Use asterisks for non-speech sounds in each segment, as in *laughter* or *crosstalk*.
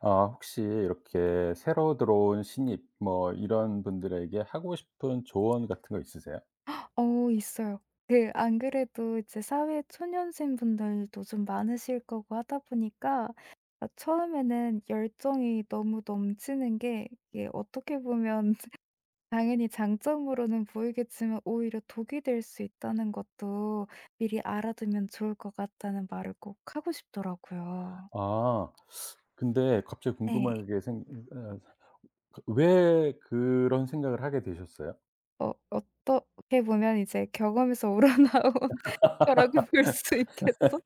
아 혹시 이렇게 새로 들어온 신입 뭐 이런 분들에게 하고 싶은 조언 같은 거 있으세요? 어 있어요. 그 안 그래도 이제 사회 초년생분들도 좀 많으실 거고 하다 보니까 아 처음에는 열정이 너무 넘치는 게 이게 어떻게 보면 *laughs* 당연히 장점으로는 보이겠지만 오히려 독이 될 수 있다는 것도 미리 알아두면 좋을 것 같다는 말을 꼭 하고 싶더라고요. 아 근데 갑자기 네. 궁금한 게 생 어 왜 그런 생각을 하게 되셨어요? 어 어떻게 보면 이제 경험에서 우러나온 *laughs* 거라고 볼 수 있겠죠?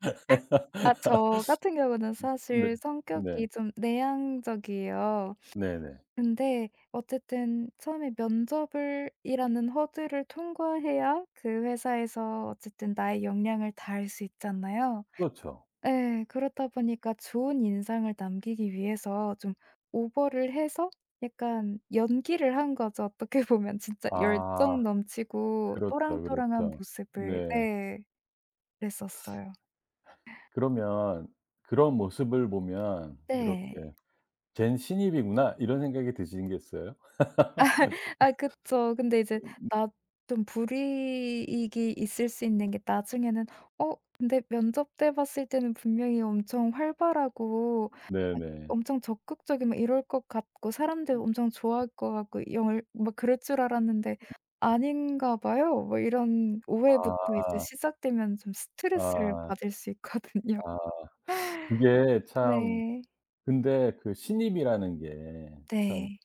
아 저 *laughs* 같은 경우는 네. 사실 네. 성격이 좀 내향적이에요. 네네. 근데 어쨌든 처음에 면접을 이라는 허들을 통과해야 그 회사에서 어쨌든 나의 역량을 다할 수 있잖아요. 그렇죠. 예. 그렇다 보니까 좋은 인상을 남기기 위해서 좀 오버를 해서 약간 연기를 한 거죠. 어떻게 *laughs* 보면 진짜 열정 아 넘치고 그렇죠, 또랑또랑한 그렇죠. 모습을 네. 네. 그랬었어요. 그러면 그런 모습을 보면 이렇게 네. '쟨 신입이구나.' 이런 생각이 드시겠어요? 아 그쵸. 근데 이제 나 좀 불이익이 있을 수 있는 게 나중에는 어 근데 면접 때 봤을 때는 분명히 엄청 활발하고 네네. 엄청 적극적이고 막 이럴 것 같고 사람들 엄청 좋아할 것 같고 영 막 그럴 줄 알았는데 "아닌가 봐요." 뭐 이런 오해부터 이제 아. 시작되면 좀 스트레스를 아. 받을 수 있거든요. 아 *laughs* 이게 참 네. 근데 그 신입이라는 게 참 네.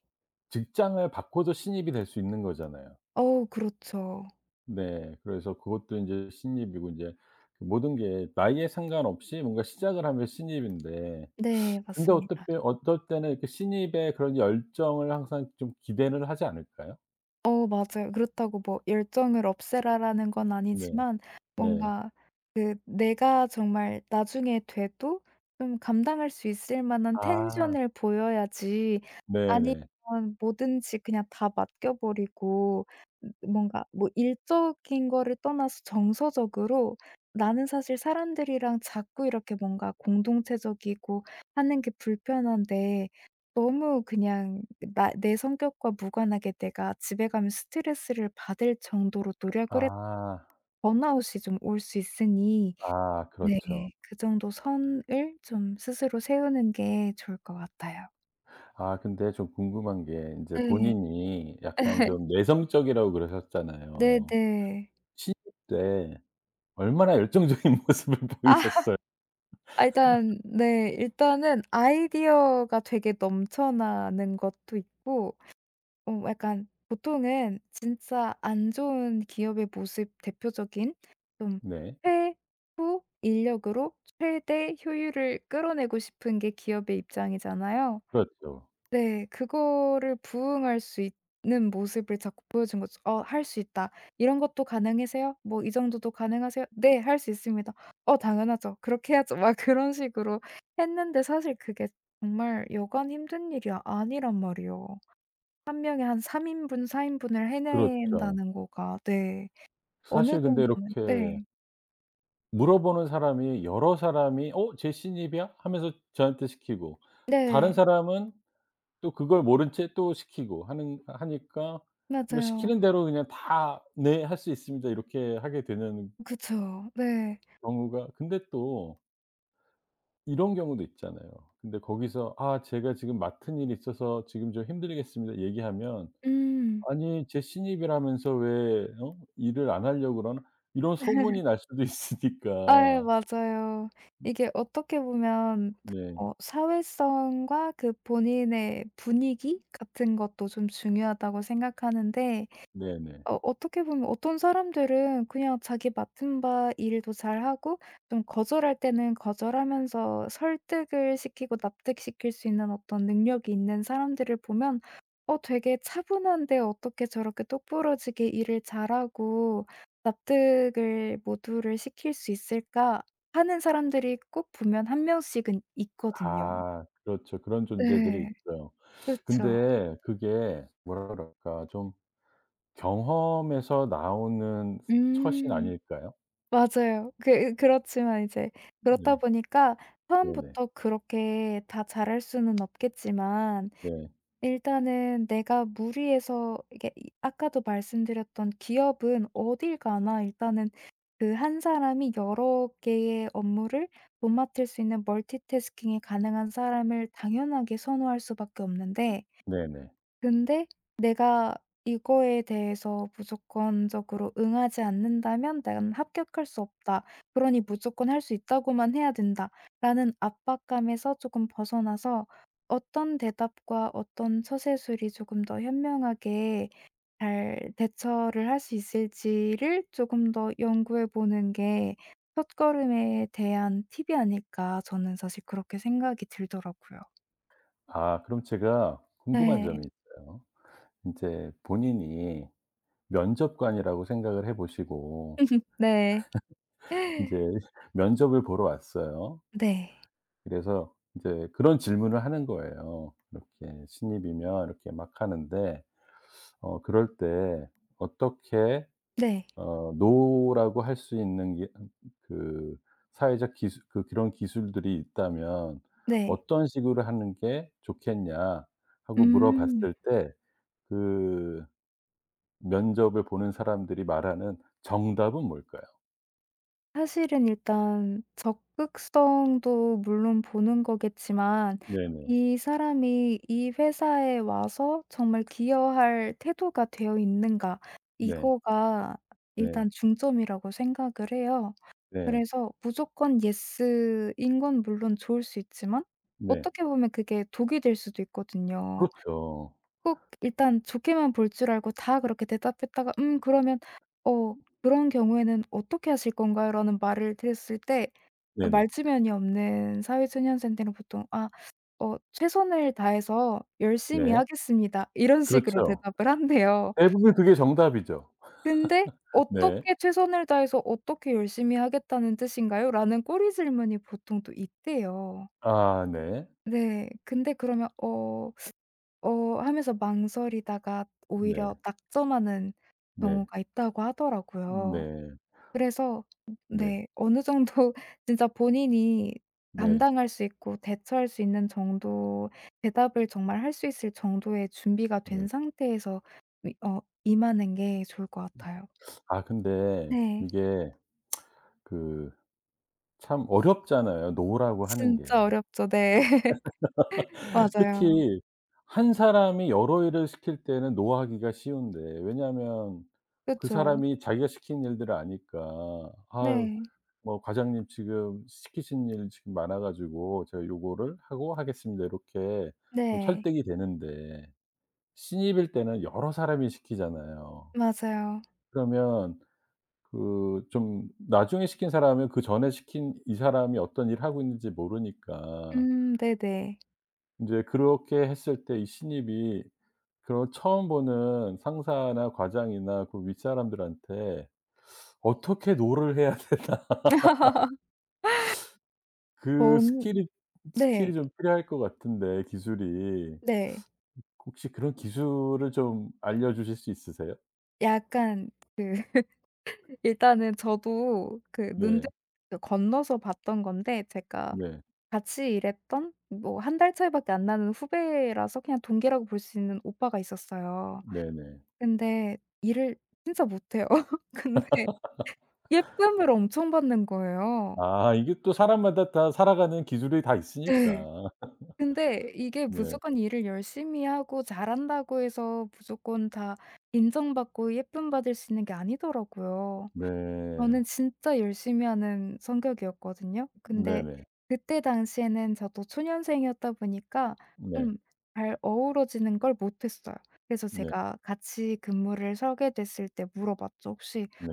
직장을 바꿔도 신입이 될 수 있는 거잖아요. 어우 그렇죠. 네. 그래서 그것도 인제 신입이고 인제 그 모든 게 나이에 상관없이 뭔가 시작을 하면 신입인데 네 근데 어떨 맞습니다. 때 어떨 때는 이렇게 신입의 그런 열정을 항상 좀 기대를 하지 않을까요? 어 맞아요. 그렇다고 뭐 '열정을 없애라.'라는 건 네. 아니지만 네. 뭔가 그 내가 정말 나중에 돼도 좀 감당할 수 있을 만한 아. 텐션을 보여야지 아니면 네네. 뭐든지 그냥 다 맡겨 버리고 뭔가 뭐 일적인 거를 떠나서 정서적으로 나는 사실 사람들이랑 자꾸 이렇게 뭔가 공동체적이고 하는 게 불편한데 너무 그냥 나 내 성격과 무관하게 내가 집에 가면 스트레스를 받을 정도로 노력을 해도 아. 번아웃이 좀 올 수 있으니 아 네 그렇죠. 그 정도 선을 좀 스스로 세우는 게 좋을 것 같아요. 아 근데 좀 궁금한 게 이제 네. 본인이 약간 *laughs* 좀 내성적이라고 그러셨잖아요. 네네. 신입 때 얼마나 열정적인 *laughs* 모습을 아 보이셨어요? 일단 네 일단은 아이디어가 되게 넘쳐나는 것도 있고 어 약간 보통은 진짜 안 좋은 기업의 모습 대표적인 좀 네. 최후 인력으로 최대 효율을 끌어내고 싶은 게 기업의 입장이잖아요. 그렇죠. 네. 그거를 부응할 수 있는 모습을 자꾸 보여준 거죠. "어 할 수 있다. 이런 것도 가능하세요? 뭐 이 정도도 가능하세요?" "네. 할 수 있습니다." "어 당연하죠. 그렇게 해야죠." 막 *laughs* 그런 식으로 했는데 사실 그게 정말 여간 힘든 일이 아니란 말이에요. 한 명이 한 3인분 인분, 4인분 인분을 그렇죠. 해낸다는 거가 네. 어느 사실 근데 정도는 이렇게 네. 물어보는 사람이 여러 사람이 "어 쟤 신입이야?" 하면서 저한테 시키고 다른 네. 사람은 또 그걸 모른 채 또 시키고 하는 하니까 뭐 맞아요. 시키는 대로 그냥 다 "네. 할 수 있습니다." 이렇게 하게 되는 그쵸. 네. 경우가 근데 또 이런 경우도 있잖아요. 근데 거기서 "아 제가 지금 맡은 일이 있어서 지금 좀 힘들겠습니다." 얘기하면 음. "아니 제 신입이라면서 왜 일을 안 하려고 그러나?" 이런 소문이 *laughs* 날 수도 *laughs* 아예 있으니까. 맞아요. 이게 어떻게 보면 네. 어 사회성과 그 본인의 분위기 같은 것도 좀 중요하다고 생각하는데 네네. 어 어떻게 보면 어떤 사람들은 그냥 자기 맡은 바 일도 잘하고 좀 거절할 때는 거절하면서 설득을 시키고 납득시킬 수 있는 어떤 능력이 있는 사람들을 보면 어 되게 차분한데 어떻게 저렇게 똑부러지게 일을 잘하고 납득을 모두를 시킬 수 있을까 하는 사람들이 꼭 보면 한 명씩은 있거든요. 아 그렇죠. 그런 존재들이 네. 있어요. 그쵸. 근데 그게 뭐라 그럴까 좀 경험에서 나오는 처신 음. 아닐까요? 맞아요. 그 그렇지만 이제 그렇다 네. 보니까 네네. 처음부터 그렇게 다 잘할 수는 없겠지만 네. 일단은 내가 무리해서 이게 이 아까도 말씀드렸던 기업은 어딜 가나 일단은 그 한 사람이 여러 개의 업무를 못 맡을 수 있는 멀티태스킹이 가능한 사람을 당연하게 선호할 수밖에 없는데 네네. 근데 내가 이거에 대해서 무조건적으로 응하지 않는다면 '난 합격할 수 없다. 그러니 무조건 할 수 있다고만 해야 된다.'라는 압박감에서 조금 벗어나서 어떤 대답과 어떤 처세술이 조금 더 현명하게 잘 대처를 할 수 있을지를 조금 더 연구해 보는 게 첫걸음에 대한 팁이 아닐까 저는 사실 그렇게 생각이 들더라고요. 아 그럼 제가 궁금한 네. 점이 있어요. 이제 본인이 면접관이라고 생각을 해 보시고 네. *laughs* 인제 *laughs* 면접을 보러 왔어요. 네. 그래서 인제 그런 질문을 하는 거예요. 이렇게 신입이면 이렇게 막 하는데 어 그럴 때 어떻게 네. 어 노라고 할 수 있는 게 그 사회적 기술 그 그런 기술들이 있다면 네. "어떤 식으로 하는 게 좋겠냐?" 하고 음. 물어봤을 때그 면접을 보는 사람들이 말하는 정답은 뭘까요? 사실은 일단 적극성도 물론 보는 거겠지만 네네. 이 사람이 이 회사에 와서 정말 기여할 태도가 되어 있는가 네. 이거가 네. 일단 중점이라고 생각을 해요. 네. 그래서 무조건 예스인 건 물론 좋을 수 있지만 네. 어떻게 보면 그게 독이 될 수도 있거든요. 그렇죠. 꼭 일단 좋게만 볼 줄 알고 다 그렇게 대답했다가 그러면 어 그런 경우에는 어떻게 하실 건가요?" 라는 말을 드렸을 때 네네. 말주변이 없는 사회초년생들은 보통 "아 어 최선을 다해서 열심히 네. 하겠습니다." 이런 식으로 그렇죠. 대답을 한대요. 대부분 그게 정답이죠. 근데 네. "어떻게 최선을 다해서 어떻게 열심히 하겠다는 뜻인가요?" 라는 꼬리 질문이 보통 또 있대요. 아 네. 네. 근데 그러면 어 하면서 망설이다가 네. 오히려 낙점하는 네. 경우가 있다고 하더라고요. 네. 그래서 네. 네 어느 정도 *laughs* 진짜 본인이 네. 감당할 수 있고 대처할 수 있는 정도 대답을 정말 할 수 있을 정도의 준비가 네. 된 상태에서 이 어 임하는 게 좋을 것 같아요. 아 근데 네. 이게 그 참 어렵잖아요, 노라고 하는 게. 진짜 어렵죠. 네. *laughs* 특히 맞아요. 한 사람이 여러 일을 시킬 때는 노하기가 쉬운데 왜냐하면 그 그쵸. 사람이 자기가 시킨 일들을 아니까 "아유 네. 뭐 과장님 지금 시키신 일 지금 많아 가지고 제가 요거를 하고 하겠습니다." 이렇게 좀 네. 설득이 되는데 신입일 때는 여러 사람이 시키잖아요. 맞아요. 그러면 그 좀 나중에 시킨 사람은 그전에 시킨 이 사람이 어떤 일을 하고 있는지 모르니까 네네. 인제 그렇게 했을 때 이 신입이 그런 처음 보는 상사나 과장이나 그 윗사람들한테 어떻게 노를 해야 되나 *laughs* *laughs* 그 본 스킬이 네. 스킬이 좀 필요할 것 같은데 기술이. 네. 혹시 그런 기술을 좀 알려주실 수 있으세요? 약간 그 *laughs* 일단은 저도 그 눈대 네. 그 건너서 봤던 건데 제가 네. 같이 일했던 뭐 한 달 차이밖에 안 나는 후배라서 그냥 동기라고 볼 수 있는 오빠가 있었어요. 네네. 근데 일을 진짜 못해요. *laughs* 근데 예쁨을 엄청 받는 거예요. 아 이게 또 사람마다 다 살아가는 기술이 다 있으니까. 네. 근데 이게 네. 무조건 일을 열심히 하고 잘한다고 해서 무조건 다 인정받고 예쁨 받을 수 있는 게 아니더라고요. 네. 저는 진짜 열심히 하는 성격이었거든요. 근데 네네. 그때 당시에는 저도 초년생이었다 보니까 네. 좀 잘 어우러지는 걸 못했어요. 그래서 네. 제가 같이 근무를 서게 됐을 때 물어봤죠. "혹시 네.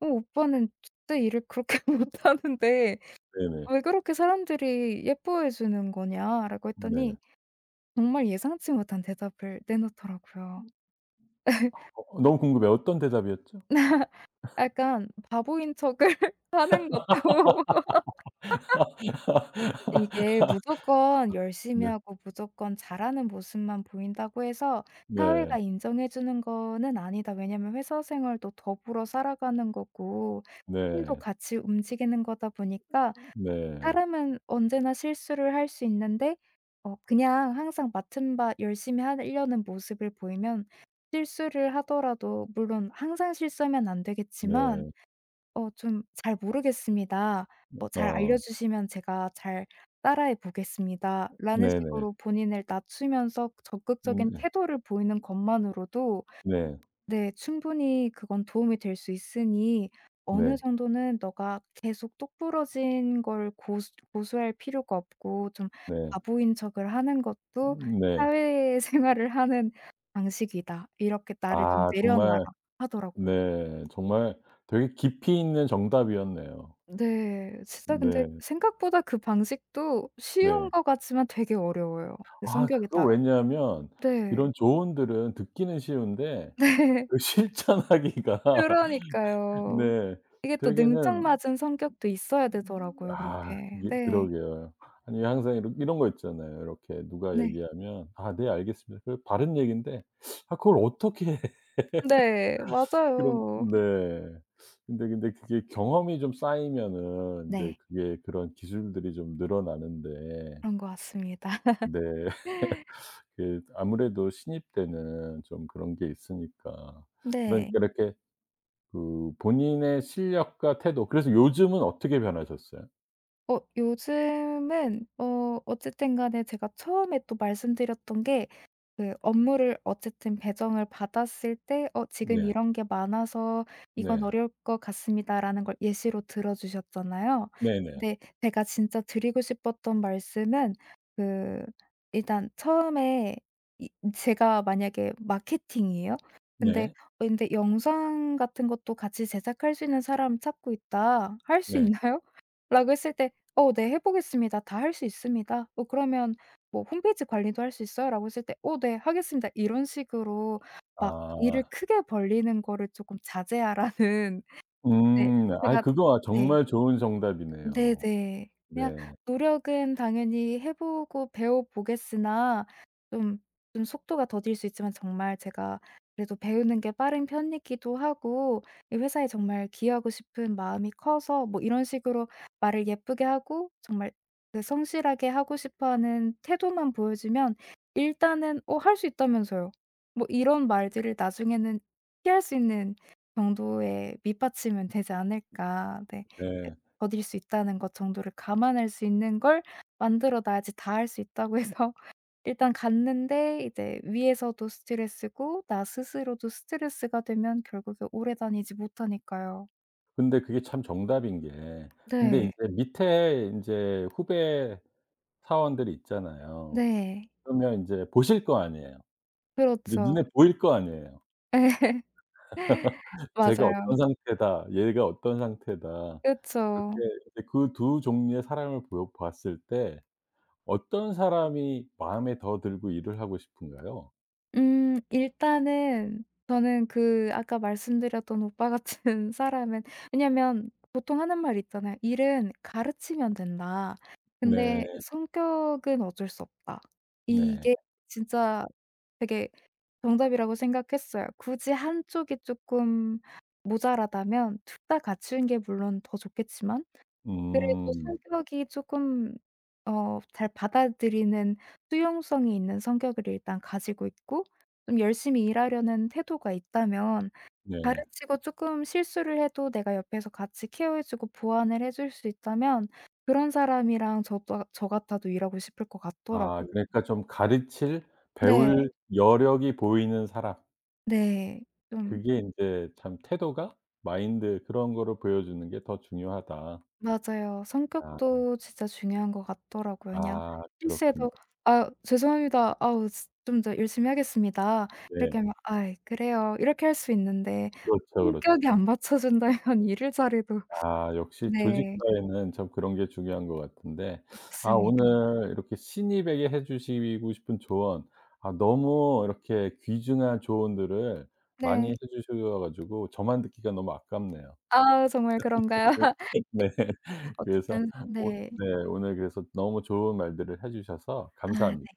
어 오빠는 진짜 일을 그렇게 *laughs* 못하는데 네네. 왜 그렇게 사람들이 예뻐해 주는 거냐?"라고 네. 했더니 정말 예상치 못한 대답을 내놓더라고요. 어 너무 궁금해요. 어떤 대답이었죠? *laughs* 약간 바보인 척을 *laughs* 하는 것도 *laughs* 이게 무조건 열심히 네. 하고 무조건 잘하는 모습만 보인다고 해서 사회가 네. 인정해 주는 거는 아니다. 왜냐면 회사 생활도 더불어 살아가는 거고 팀도 네. 같이 움직이는 거다 보니까 네. 사람은 언제나 실수를 할 수 있는데 어 그냥 항상 맡은 바 열심히 하려는 모습을 보이면 실수를 하더라도 물론 항상 실수하면 안 되겠지만 네. 어 좀 "잘 모르겠습니다. 뭐 잘 어. 알려주시면 제가 잘 따라해 보겠습니다." 라는 네네. 식으로 본인을 낮추면서 적극적인 네 태도를 보이는 것만으로도 네. 네 충분히 그건 도움이 될 수 있으니 네. 어느 네. 정도는 "너가 계속 똑부러진 걸 고수할 필요가 없고 좀 네. 바보인 척을 하는 것도 네. 사회생활을 하는 방식이다. 이렇게 나를 좀 아 내려놔라." 정말 하더라고요. 네. 정말 되게 깊이 있는 정답이었네요. 네. 진짜 근데 네. 생각보다 그 방식도 쉬운 네. 것 같지만 되게 어려워요, 그 아 성격에 그거 따라. 왜냐하면 네. 이런 조언들은 듣기는 쉬운데 네. *laughs* 그 실천하기가 *laughs* 그러니까요. 네 이게 또 되게는 능청맞은 성격도 있어야 되더라고요, 아 그렇게. 그게 네. 그러게요. 아니 항상 이런 거 있잖아요. 이렇게 누가 네. 얘기하면 "아 네 알겠습니다." 그 바른 얘기인데 아 그걸 어떻게 *laughs* 네. 그런 맞아요. 네. 근데 그게 경험이 좀 쌓이면은 인제 네. 그게 그런 기술들이 좀 늘어나는데 그런 것 같습니다. *laughs* 네 *laughs* 그 아무래도 신입 때는 좀 그런 게 있으니까. 그러니까 네. 이렇게 그 본인의 실력과 태도 그래서 요즘은 어떻게 변하셨어요? 어 요즘은 어 어쨌든 간에 제가 처음에 또 말씀드렸던 게 그 업무를 어쨌든 배정을 받았을 때 "어 지금 네. 이런 게 많아서 이건 네. 어려울 것 같습니다."라는 걸 예시로 들어 주셨잖아요. 네네. 근데 제가 진짜 드리고 싶었던 말씀은 그 일단 처음에 이 제가 만약에 마케팅이에요. 근데 네. 어 "근데 영상 같은 것도 같이 제작할 수 있는 사람 찾고 있다. 할 수 네. 있나요?"라고 *laughs* 했을 때 "어 네. 해 보겠습니다. 다 할 수 있습니다." 어 그러면 뭐 "홈페이지 관리도 할 수 있어요?" 라고 했을 때 "어 네. 하겠습니다." 이런 식으로 막 일을 아. 크게 벌리는 거를 조금 자제하라는 *laughs* 네 음. 아이 제가 그거 네. 정말 좋은 정답이네요. 네네. 그냥 네. 노력은 당연히 해 보고 배워 보겠으나 좀 좀 속도가 더딜 수 있지만 정말 제가 그래도 배우는 게 빠른 편이기도 하고 이 회사에 정말 기여하고 싶은 마음이 커서 뭐 이런 식으로 말을 예쁘게 하고 정말 그 성실하게 하고 싶어 하는 태도만 보여주면 일단은 "어 할 수 있다면서요." 뭐 이런 말들을 나중에는 피할 수 있는 정도의 밑받침은 되지 않을까. 네. 네. 더딜 수 있다는 것 정도를 감안할 수 있는 걸 만들어 놔야지 다 할 수 있다고 해서 *laughs* 일단 갔는데 이제 위에서도 스트레스고 나 스스로도 스트레스가 되면 결국에 오래 다니지 못하니까요. 근데 그게 참 정답인 게 근데 네. 이제 밑에 인제 후배 사원들이 있잖아요. 네. 그러면 인제 보실 거 아니에요. 이제 그렇죠. 눈에 보일 거 아니에요. *laughs* '쟤가 맞아요. 어떤 상태다. 얘가 어떤 상태다.' 그렇죠 이렇게 이제 그 두 종류의 사람을 보 봤을 때 어떤 사람이 마음에 더 들고 일을 하고 싶은가요? 일단은 저는 그 아까 말씀드렸던 오빠 같은 *laughs* 사람은 왜냐면 보통 하는 말이 있잖아요. "일은 가르치면 된다. 근데 네. 성격은 어쩔 수 없다." 네. 이게 진짜 되게 정답이라고 생각했어요. 굳이 한쪽이 조금 모자라다면 둘 다 갖추는 게 물론 더 좋겠지만 그래도 음. 성격이 조금 어 잘 받아들이는 수용성이 있는 성격을 일단 가지고 있고 좀 열심히 일하려는 태도가 있다면 네. 가르치고 조금 실수를 해도 내가 옆에서 같이 케어해 주고 보완을 해줄 수 있다면 그런 사람이랑 저도 저 같아도 일하고 싶을 것 아 같더라고요. 그러니까 좀 가르칠 네. 배울 여력이 보이는 사람. 네. 좀 그게 인제 참 태도가 마인드 그런 거를 보여주는 게 더 중요하다. 맞아요. 아 성격도 진짜 중요한 것 같더라고요. 그냥 아 그렇군요. 실수해도 "아 죄송합니다. 아우 스 좀 더 열심히 하겠습니다." 이렇게 네. 하면 "아이 그래요." 이렇게 할 수 있는데 그렇죠, 그렇죠. 성격이 안 받쳐준다면 일일자리도 *laughs* 아 역시 조직 네. 사회는 참 그런 게 중요한 것 같은데 아 맞습니다. 오늘 이렇게 신입에게 해 주시고 싶은 조언 아 너무 이렇게 귀중한 조언들을 네. 많이 해 주셔 가지고 저만 듣기가 너무 아깝네요. 아 정말 네. 그런가요? *laughs* *laughs* 네. 그래서 어쨌든 오 네. 네 오늘 그래서 너무 좋은 말들을 해 주셔서 아 네. 감사합니다.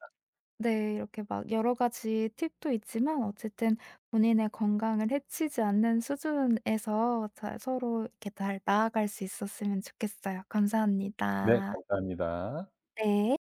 네. 이렇게 막 여러 가지 팁도 있지만 어쨌든 본인의 건강을 해치지 않는 수준에서 잘 서로 이렇게 잘 나아갈 수 있었으면 좋겠어요. 네 감사합니다. 감사합니다. 네.